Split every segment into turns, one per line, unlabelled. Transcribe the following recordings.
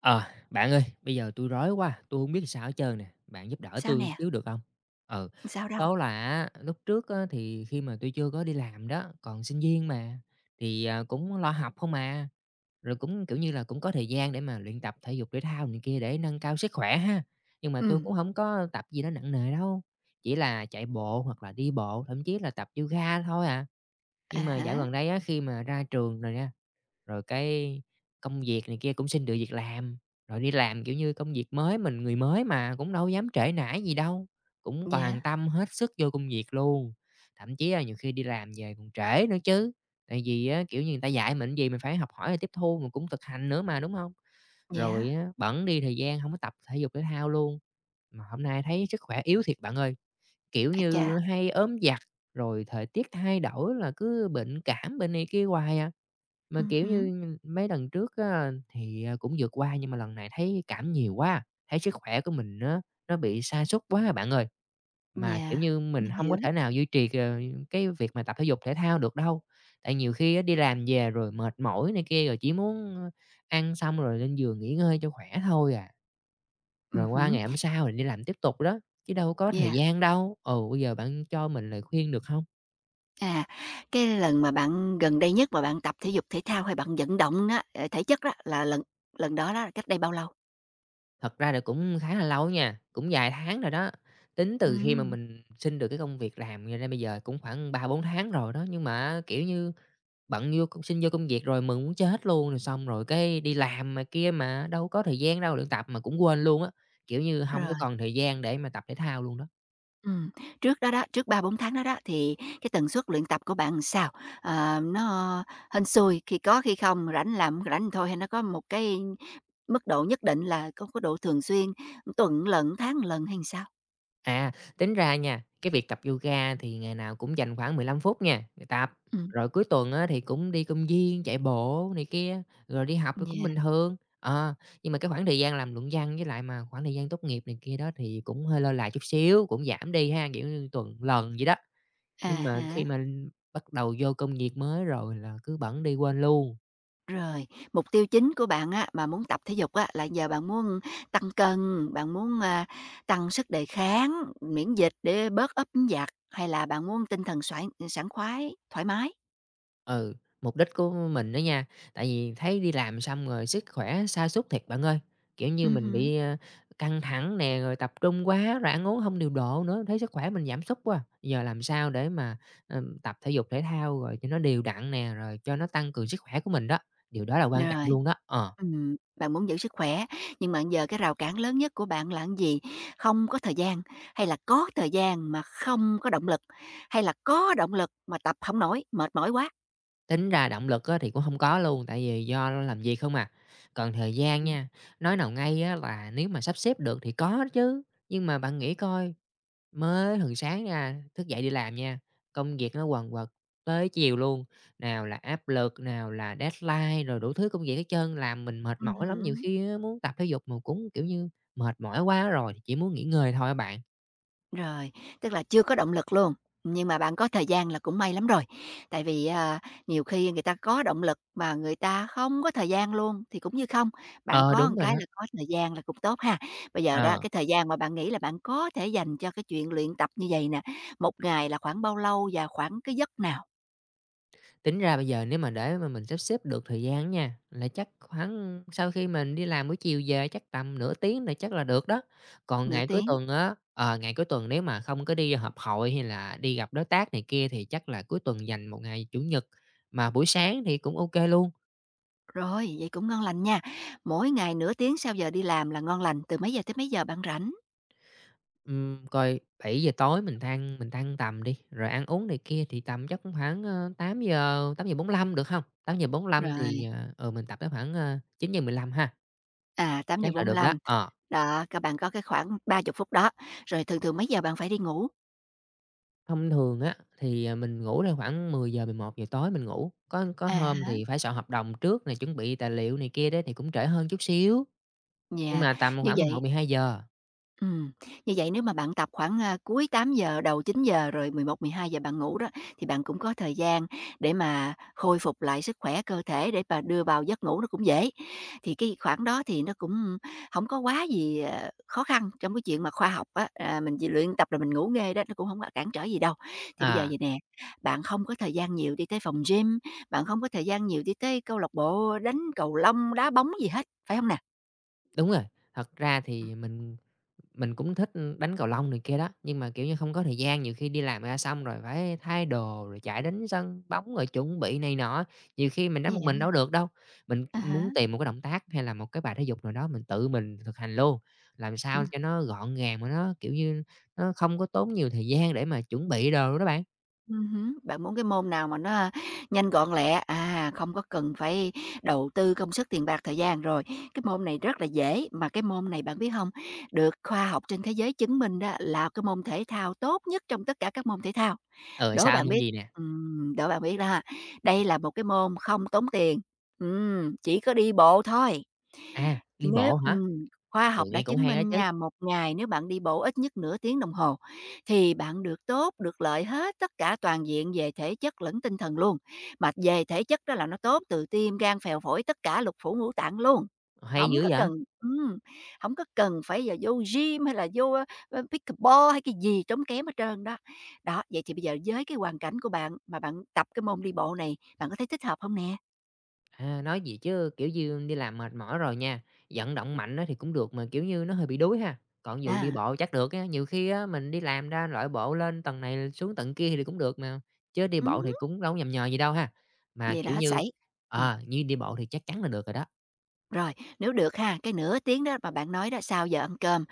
Ờ, bạn ơi, bây giờ tôi rối quá, tôi không biết sao hết trơn nè, bạn giúp đỡ
Sao
tôi
nè?
xíu được không? Ừ,
Sao đâu?
Số là á, lúc trước á thì khi mà tôi chưa có đi làm đó, còn sinh viên mà, thì, cũng lo học không mà rồi cũng, kiểu như là, cũng có thời gian để mà luyện tập thể dục thể thao này kia để nâng cao sức khỏe ha. Nhưng mà tôi
Ừ.
cũng không có tập gì nó nặng nề đâu, chỉ là chạy bộ hoặc là đi bộ, thậm chí là tập yoga thôi à.
À
Nhưng mà dạo
hả.
gần đây á, khi mà ra trường rồi nha, rồi cái công việc này kia cũng xin được việc làm, rồi đi làm, kiểu như, công việc mới, mình người mới mà, cũng đâu dám trễ nải gì đâu, cũng
Dạ.
toàn tâm hết sức vô công việc luôn. Thậm chí là nhiều khi đi làm về còn trễ nữa chứ, tại vì á, kiểu như, người ta dạy mình gì mình phải học hỏi rồi tiếp thu, mình cũng thực hành nữa mà, đúng không? Rồi
Dạ.
á bẵng đi thời gian không có tập thể dục thể thao luôn. Mà hôm nay thấy sức khỏe yếu thiệt bạn ơi, kiểu
À
như,
chà.
hay ốm vặt, rồi thời tiết thay đổi là cứ bệnh cảm, bệnh này kia hoài à. Mà,
Ừ
kiểu
hứm.
như, mấy lần trước á thì, cũng vượt qua nhưng mà lần này thấy cảm nhiều quá, thấy sức khỏe của mình nó bị sa sút quá à bạn ơi. Mà, kiểu
Dạ.
như, mình
Mình
không có
hiểu.
thể nào duy trì, cái việc mà tập thể dục thể thao được đâu. Tại nhiều khi á đi làm về rồi mệt mỏi này kia, rồi chỉ muốn, ăn xong rồi lên giường nghỉ ngơi cho khỏe thôi à, rồi
Ừ
qua
hứm.
ngày hôm sau thì đi làm tiếp tục đó, chứ đâu có thời
Dạ.
gian đâu. Ừ, bây giờ bạn cho mình lời khuyên được không?
À, cái lần mà bạn gần đây nhất mà bạn tập thể dục thể thao hay bạn vận động đó, ờ, thể chất đó là lần lần đó đó, là cách đây bao lâu?
Thật ra là cũng khá là lâu nha, cũng vài tháng rồi đó, tính từ khi mà
Ừm,
mình xin được cái công việc làm cho đến bây giờ cũng khoảng 3 4 tháng rồi đó. Nhưng mà kiểu như, Bận vô công xin vô công việc rồi mừng muốn chết luôn, rồi xong rồi cái đi làm mà kia mà đâu có thời gian đâu luyện tập mà cũng quên luôn á, kiểu như, không
rồi.
có còn thời gian để mà tập thể thao luôn đó.
Ừm, trước đó đó, trước ba bốn tháng đó đó, thì cái tần suất luyện tập của bạn làm sao? Ờ, nó hên xui, khi có khi không, rảnh làm, rảnh thì thôi, hay nó có một cái mức độ nhất định, là có độ thường xuyên, tuần lận tháng lần hay sao?
À, Tính ra nha, cái việc tập yoga thì ngày nào cũng dành khoảng 15 phút nha, rồi tập,
Ừm,
rồi cuối tuần á thì cũng đi công viên chạy bộ này kia, rồi đi học thì cũng
yeah,
bình thường. Ờ, nhưng mà cái khoảng thời gian làm luận văn với lại mà khoảng thời gian tốt nghiệp này kia đó thì cũng hơi lơi là chút xíu, cũng giảm đi ha, kiểu như, tuần lần vậy đó.
à
Nhưng mà khi
há.
mà bắt đầu vô công việc mới rồi là cứ bẵng đi quên luôn.
Rồi, mục tiêu chính của bạn á, mà muốn tập thể dục á, là giờ bạn muốn tăng cân, bạn muốn, à, tăng sức đề kháng, miễn dịch để bớt ốp, ứ, dạt, hay là bạn muốn tinh thần sảng khoái, thoải mái?
Ừ, mục đích của mình đó nha, tại vì thấy đi làm xong rồi sức khỏe sa sút thiệt bạn ơi. Kiểu như mình
Ừm,
bị, căng thẳng nè, rồi tập trung quá, rồi ăn uống hông điều độ nữa, thấy sức khỏe mình giảm sút quá. Giờ làm sao để mà, tập thể dục thể thao rồi cho nó đều đặn nè, rồi cho nó tăng cường sức khỏe của mình đó, điều đó là quan trọng
rồi.
luôn đó. Ờ.
Bạn muốn giữ sức khỏe, nhưng mà giờ cái rào cản lớn nhất của bạn là cái gì? Không có thời gian, hay là có thời gian mà không có động lực, hay là có động lực mà tập không nổi, mệt mỏi quá?
Tính ra động lực á thì cũng không có luôn, tại vì do làm việc không à. Còn thời gian
Ừm,
nha, nói nào ngay á là nếu mà sắp xếp được thì có chứ, nhưng mà bạn nghĩ coi, mới thường sáng ra, thức dậy đi làm nha, công việc nó quần quật tới chiều luôn, nào là áp lực, nào là deadline, rồi đủ thứ công việc hết trơn, làm mình mệt mỏi lắm, nhiều
hứm.
khi á muốn tập thể dục mà cũng, kiểu như, mệt mỏi quá rồi, thì chỉ muốn nghỉ ngơi thôi á bạn.
Rồi, tức là chưa có động lực luôn, nhưng mà bạn có thời gian là cũng may lắm rồi. Tại vì, à, nhiều khi người ta có động lực mà người ta không có thời gian luôn thì cũng như không, bạn
Ờ,
có
đúng
một
rồi
cái
đó.
là có thời gian là cũng tốt ha. Bây giờ đó,
Ờ.
cái thời gian mà bạn nghĩ là bạn có thể dành cho cái chuyện luyện tập như vậy nè, một ngày là khoảng bao lâu và khoảng cái giấc nào?
Tính ra bây giờ nếu mà để mà mình sắp xếp được thời gian nha, là chắc khoảng sau khi mình đi làm buổi chiều về chắc tầm nửa tiếng là chắc là được đó. Còn
Nửa
ngày cuối
tiếng,
tuần á, ngày cuối tuần nếu mà không có đi họp hội hay là đi gặp đối tác này kia thì chắc là cuối tuần dành một ngày Chủ nhật, mà buổi sáng thì cũng OK luôn.
rồi, vậy cũng ngon lành nha. Mỗi ngày nửa tiếng sau giờ đi làm là ngon lành, từ mấy giờ tới mấy giờ bạn rảnh?
Coi 7 giờ tối mình tan tầm đi, rồi ăn uống này kia thì tầm chắc cũng khoảng, tám giờ 8:00, lăm được không tám hông? 8:45
Rồi,
thì, mình tập tới khoảng, 9:15 ha,
à,
chắc là được đó,
8:45.
ờ.
Đó, các bạn có cái khoảng ba chục phút đó, rồi thường thường mấy giờ bạn phải đi ngủ?
Thông thường á, thì, mình ngủ ra khoảng mười mười giờ 11 giờ tối mình ngủ, có
À
hôm
há,
thì phải soạn hợp đồng trước này chuẩn bị tài liệu này kia đấy thì cũng trễ hơn chút xíu, nhưng
yeah,
mà tầm
như
khoảng mười, mười một,
vậy.
mười hai giờ.
Ừm, như vậy nếu mà bạn tập khoảng, a, cuối tám giờ đầu chín giờ, rồi mười mười một mười hai giờ bạn ngủ đó, thì bạn cũng có thời gian để mà khôi phục lại sức khỏe cơ thể, để mà đưa vào giấc ngủ nó cũng dễ. Thì cái khoảng đó thì nó cũng không có quá gì, ờ, khó khăn trong cái chuyện mà khoa học á, à, mình chỉ luyện tập rồi mình ngủ nghe đó, nó cũng không có cản trở gì đâu. Thì bây giờ
À,
vậy nè, bạn không có thời gian nhiều đi tới phòng gym, bạn không có thời gian nhiều đi tới câu lạc bộ đánh cầu lông, đá bóng gì hết, phải không nè?
đúng rồi, thật ra
Ừm.
thì mình cũng thích, đánh cầu lông này kia đó, nhưng mà, kiểu như, không có thời gian, nhiều khi đi làm ra xong rồi phải thay đồ, rồi chạy đến sân bóng, rồi chuẩn bị này nọ, nhiều khi mình đánh một mình
Yeah.
đâu được đâu. Mình
À
muốn
há.
tìm một cái động tác hay là một cái bài thể dục nào đó mình tự mình thực hành luôn, làm sao
Ừm.
cho nó gọn gàng mà nó, kiểu như, nó không có tốn nhiều thời gian để mà chuẩn bị đồ đó bạn.
Hứm, bạn muốn cái môn nào mà nó nhanh gọn lẹ, à, không có cần phải đầu tư công sức, tiền bạc, thời gian. Rồi, cái môn này rất là dễ, mà cái môn này bạn biết không? Được khoa học trên thế giới chứng minh đó là cái môn thể thao tốt nhất trong tất cả các môn thể thao.
Ờ,
Đố
sao
bạn
môn
biết.
gì nè?
Ừm, đố bạn biết đó ha, đây là một cái môn không tốn tiền, chỉ có đi bộ thôi.
À, đi
Nếu
bộ hả?
khoa
Ừ,
học đã
nghe cũng
chứng
hay đó
minh
chứ,
nha, một ngày nếu bạn đi bộ ít nhất nửa tiếng đồng hồ thì bạn được tốt, được lợi hết tất cả toàn diện về thể chất lẫn tinh thần luôn. Mà về thể chất đó là nó tốt từ tim, gan, phèo, phổi, tất cả lục phủ ngũ tạng luôn.
hay
Không
dữ
có
vậy!
cần, ừm, hổng có cần phải giờ vô gym hay là vô, ơ, ơ, pickleball hay cái gì tốn kém hết trơn đó. Đó, vậy thì bây giờ với cái hoàn cảnh của bạn mà bạn tập cái môn đi bộ này, bạn có thấy thích hợp không nè?
À, nói gì chứ, kiểu như, đi làm mệt mỏi rồi nha, vận động mạnh á thì cũng được mà, kiểu như, nó hơi bị đuối ha. Còn vụ đi
À,
bộ chắc được á, nhiều khi á mình đi làm ra loại bộ lên tầng này xuống tầng kia thì cũng được mà, chứ đi bộ thì
ừm,
cũng đâu có nhằm nhò gì đâu ha. Mà,
vậy là
kiểu
hết
như,
sảy. Ừm.
như đi bộ thì chắc chắn là được rồi đó,
Rồi, nếu được ha, cái nửa tiếng đó mà bạn nói đó, sau giờ ăn cơm,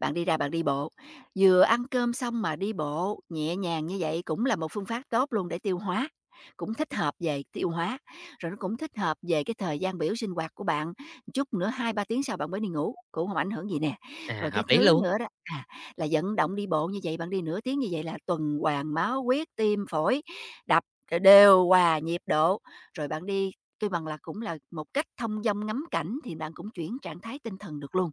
bạn đi ra bạn đi bộ. Vừa ăn cơm xong mà đi bộ nhẹ nhàng như vậy cũng là một phương pháp tốt luôn để tiêu hóa, cũng thích hợp về tiêu hóa, rồi nó cũng thích hợp về cái thời gian biểu sinh hoạt của bạn. Chút nữa hai ba tiếng sau bạn mới đi ngủ, cũng không ảnh hưởng gì nè.
à,
Rồi
hợp
cái
lý
thứ
luôn,
nữa đó, à, là vận động đi bộ như vậy, bạn đi nửa tiếng như vậy là tuần hoàn máu huyết, tim phổi đập đều hòa nhịp độ, rồi bạn đi kêu bằng là cũng là một cách thông dong ngắm cảnh thì bạn cũng chuyển trạng thái tinh thần được luôn.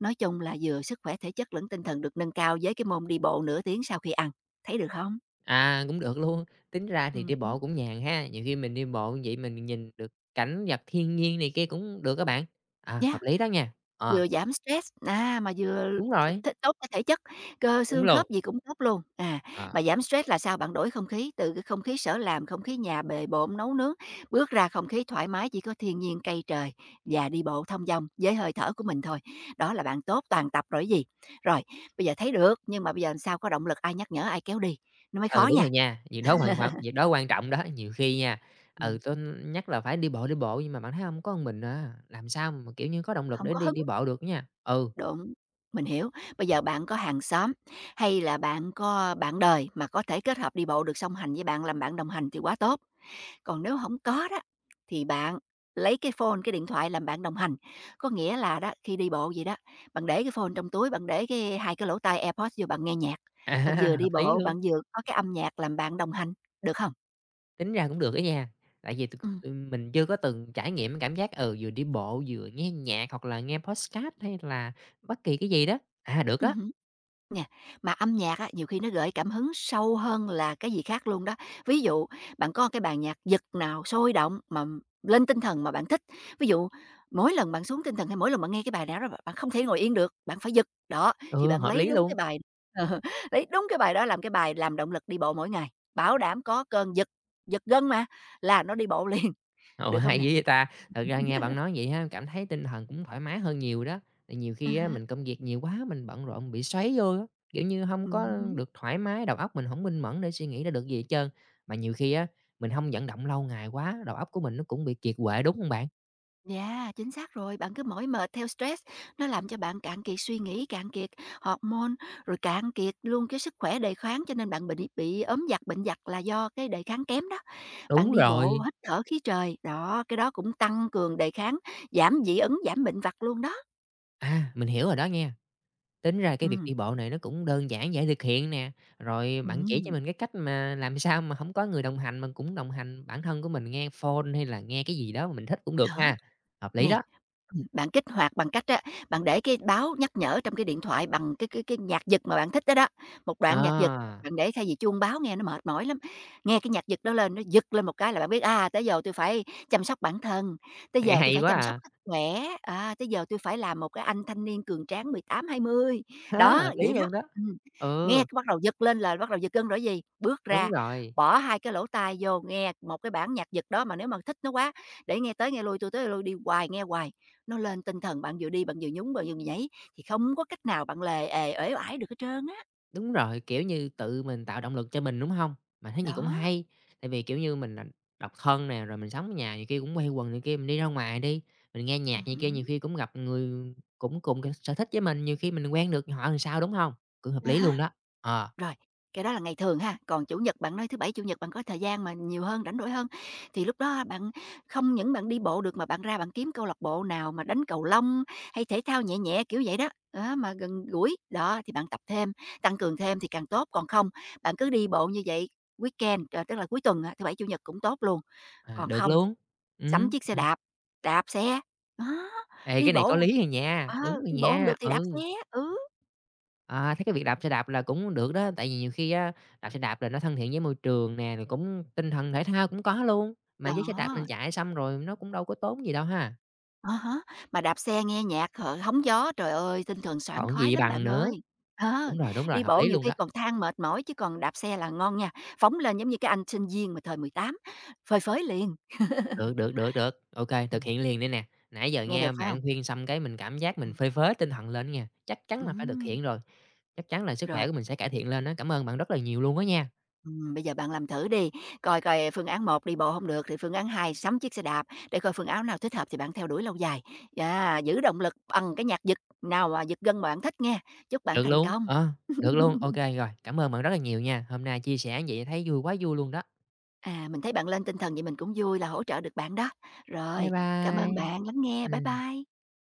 Nói chung là vừa sức khỏe thể chất lẫn tinh thần được nâng cao với cái môn đi bộ nửa tiếng sau khi ăn. Thấy được không?
à, cũng được luôn. Tính ra thì đi
Hứm.
bộ cũng nhàn ha, nhiều khi mình đi bộ như vậy mình nhìn được cảnh vật thiên nhiên này kia cũng được các bạn. À,
Yeah.
hợp lý đó nha, ờ,
Vừa giảm stress, à, mà vừa
đúng rồi,
t tốt cho thể chất, cơ
đúng
xương
luôn,
khớp gì cũng tốt luôn. À,
ờ.
mà giảm stress là sao? Bạn đổi không khí, từ cái không khí sở làm, không khí nhà bề bộn, nấu nướng, bước ra không khí thoải mái chỉ có thiên nhiên, cây trời và đi bộ thong dong với hơi thở của mình thôi. Đó là bạn tốt toàn tập rồi gì. Rồi, bây giờ thấy được, nhưng mà bây giờ làm sao có động lực, ai nhắc nhở, ai kéo đi, nó mới
Ừ,
khó
đúng
nha.
rồi nha, việc đó hoàn hoặc việc đó quan trọng đó, nhiều khi nha, ừ,
Ừm,
tôi nhắc là phải đi bộ nhưng mà bạn thấy không? Có một mình à, làm sao mà, kiểu như, có động lực
hông
để
có
đi
hứng.
đi bộ được nha. Ừ,
Đúng, mình hiểu. Bây giờ bạn có hàng xóm hay là bạn có bạn đời mà có thể kết hợp đi bộ được song hành với bạn, làm bạn đồng hành thì quá tốt. Còn nếu không có đó, thì bạn lấy cái phone, cái điện thoại làm bạn đồng hành. Có nghĩa là đó, khi đi bộ vậy đó, bạn để cái phone trong túi, bạn để cái hai cái lỗ tai AirPods vô bạn nghe nhạc, bạn vừa
à, hợp
đi
lý
bộ,
luôn,
bạn vừa có cái âm nhạc làm bạn đồng hành, được không?
tính ra cũng được á nha, tại vì t
Ừm.
mình chưa có từng trải nghiệm cái cảm giác, ừ, vừa đi bộ vừa nghe nhạc hoặc là nghe podcast hay là bất kỳ cái gì đó. À, được á,
Ừm. Nè, mà âm nhạc á, nhiều khi nó gợi cảm hứng sâu hơn là cái gì khác luôn đó. Ví dụ, bạn có cái bàn nhạc giật nào sôi động mà lên tinh thần mà bạn thích, ví dụ mỗi lần bạn xuống tinh thần hay mỗi lần bạn nghe cái bài nào đó bạn không thể ngồi yên được, bạn phải giật, đó, thì
ừ,
bạn
hợp
lấy
lý
đúng cái
luôn.
bài lấy đúng cái bài đó làm cái bài làm động lực đi bộ mỗi ngày, bảo đảm có cơn giật giật gân mà, là nó đi bộ liền,
Ồ,
được không
hay
nè?
dữ vậy ta! Thật ra nghe bạn nói vậy ha cảm thấy tinh thần cũng thoải mái hơn nhiều đó. Tại nhiều khi á,
À,
mình công việc nhiều quá, mình bận rộn bị xoáy vô á, kiểu như, không có được thoải mái, đầu óc mình không minh mẫn để suy nghĩ ra được gì hết trơn. Mà nhiều khi á, mình không vận động lâu ngày quá, đầu óc của mình nó cũng bị kiệt quệ, đúng không bạn?
dạ chính xác rồi. Bạn cứ mỏi mệt theo stress, nó làm cho bạn cạn kiệt suy nghĩ, cạn kiệt hormone, rồi cạn kiệt luôn cái sức khỏe đề kháng, cho nên bạn bị ốm vặt, bệnh vặt là do cái đề kháng kém đó. Bạn
Đúng
đi bộ,
rồi.
hít thở khí trời, đó, cái đó cũng tăng cường đề kháng, giảm dị ứng, giảm bệnh vặt luôn đó.
À, mình hiểu rồi đó nha. Tính ra cái việc
Ừm,
đi bộ này nó cũng đơn giản, dễ thực hiện nè. Rồi bạn chỉ cho
ừm,
mình cái cách mà làm sao mà không có người đồng hành, mình cũng đồng hành bản thân của mình nghe phone hay là nghe cái gì đó mà mình thích cũng được
đó.
ha. Hợp lý
Nè,
đó.
bạn kích hoạt bằng cách á, bạn để cái báo nhắc nhở trong cái điện thoại bằng cái nhạc giật mà bạn thích đó đó, một đoạn nhạc giật,
À,
bạn để thay vì chuông báo nghe nó mệt mỏi lắm. Nghe cái nhạc giật đó lên, nó giật lên một cái là bạn biết, à, tới giờ tôi phải chăm sóc bản thân, tới
nghe
giờ tôi
hay
phải
quá
chăm sóc
à!
sức khỏe, à, tới giờ tôi phải làm một cái anh thanh niên cường tráng 18 20.
Há,
Đó,
hợp lý
vậy đó.
luôn đó.
Ừm, nghe
Ừ,
cái bắt đầu giật lên là bắt đầu giật gân rồi gì, bước
đúng
ra,
rồi,
bỏ 2 cái lỗ tai vô nghe một cái bản nhạc giật đó, mà nếu mà thích nó quá để nghe tới nghe lui, tôi tới lui đi hoài, nghe hoài, nó lên tinh thần, bạn vừa đi bạn vừa nhún, bạn vừa nhảy thì không có cách nào bạn lề ề, uể oải được hết trơn á.
đúng rồi, kiểu như, tự mình tạo động lực cho mình, đúng hông? Mình thấy gì cũng
Đó,
hay, tại vì, kiểu như, mình là độc thân nè, rồi mình sống ở nhà nhiều khi cũng quây quần này kia, mình đi ra ngoài đi, mình nghe nhạc này kia, nhiều
hứm.
khi cũng gặp người cũng cùng cái sở thích với mình, nhiều khi mình quen được họ làm sao, đúng hông? Cũng hợp lý
À.
luôn đó. Ờ,
Rồi, cái đó là ngày thường ha, còn Chủ nhật bạn nói thứ Bảy, Chủ nhật bạn có thời gian mà nhiều hơn, rảnh rỗi hơn, thì lúc đó bạn không những bạn đi bộ được mà bạn ra bạn kiếm câu lạc bộ nào mà đánh cầu lông hay thể thao nhẹ nhẹ, kiểu vậy đó, đó, mà gần gũi, đó, thì bạn tập thêm, tăng cường thêm thì càng tốt, còn không bạn cứ đi bộ như vậy weekend, ờ, tức là cuối tuần á, thứ Bảy, Chủ nhật cũng tốt luôn.
à,
Còn
được
không,
luôn.
sắm
Ừm,
chiếc xe
à,
đạp, đạp xe, đó,
ê,
đi
cái này có
bộ,
lý rồi nha,
ờ,
đúng rồi
đi bộ không được
nha,
thì đạp xe,
ừ.
ừ,
À, thấy cái việc đạp xe đạp là cũng được đó, tại vì nhiều khi á, đạp xe đạp là nó thân thiện với môi trường nè, rồi cũng tinh thần thể thao cũng có luôn, mà với xe đạp mình
đó.
chạy xong rồi nó cũng đâu có tốn gì đâu ha,
À há, mà đạp xe nghe nhạc, hở hóng gió, trời ơi, tinh thần sảng
còn
khoái
gì
lắm
bằng
bạn ơi.
nữa.
Ờ,
Đúng rồi,
đi
hợp
bộ
lý
nhiều
luôn
khi
đó.
còn than mệt mỏi chứ còn đạp xe là ngon nha, phóng lên giống như cái anh sinh viên mà thời 18 phơi phới liền.
Được, được, được, được, OK thực
Ừm,
hiện liền đây nè. Nãy giờ
nghe được
nghe
phải không?
bạn khuyên xong cái mình cảm giác mình
Ừm,
phơi phới tinh thần lên nha, chắc chắn là phải thực
ừm,
hiện rồi, chắc chắn là sức khỏe
rồi,
của mình sẽ cải thiện lên đó. Cảm ơn bạn rất là nhiều luôn đó nha.
bây giờ bạn làm thử đi, coi coi phương án một đi bộ không được thì phương án 2 sắm chiếc xe đạp để coi phương án nào thích hợp thì bạn theo đuổi lâu dài. Yeah, giữ động lực bằng cái nhạc giật nào mà giật gân bạn thích nghe. Chúc bạn
Được
thành
luôn,
công.
được luôn, OK rồi, cảm ơn bạn rất là nhiều nha. Hôm nay chia sẻ như vậy thấy vui quá vui luôn đó.
À, mình thấy bạn lên tinh thần vậy mình cũng vui là hỗ trợ được bạn đó.
Bye
Rồi, cảm ơn
bye.
bạn lắng nghe. Bye
Ừ.
bye.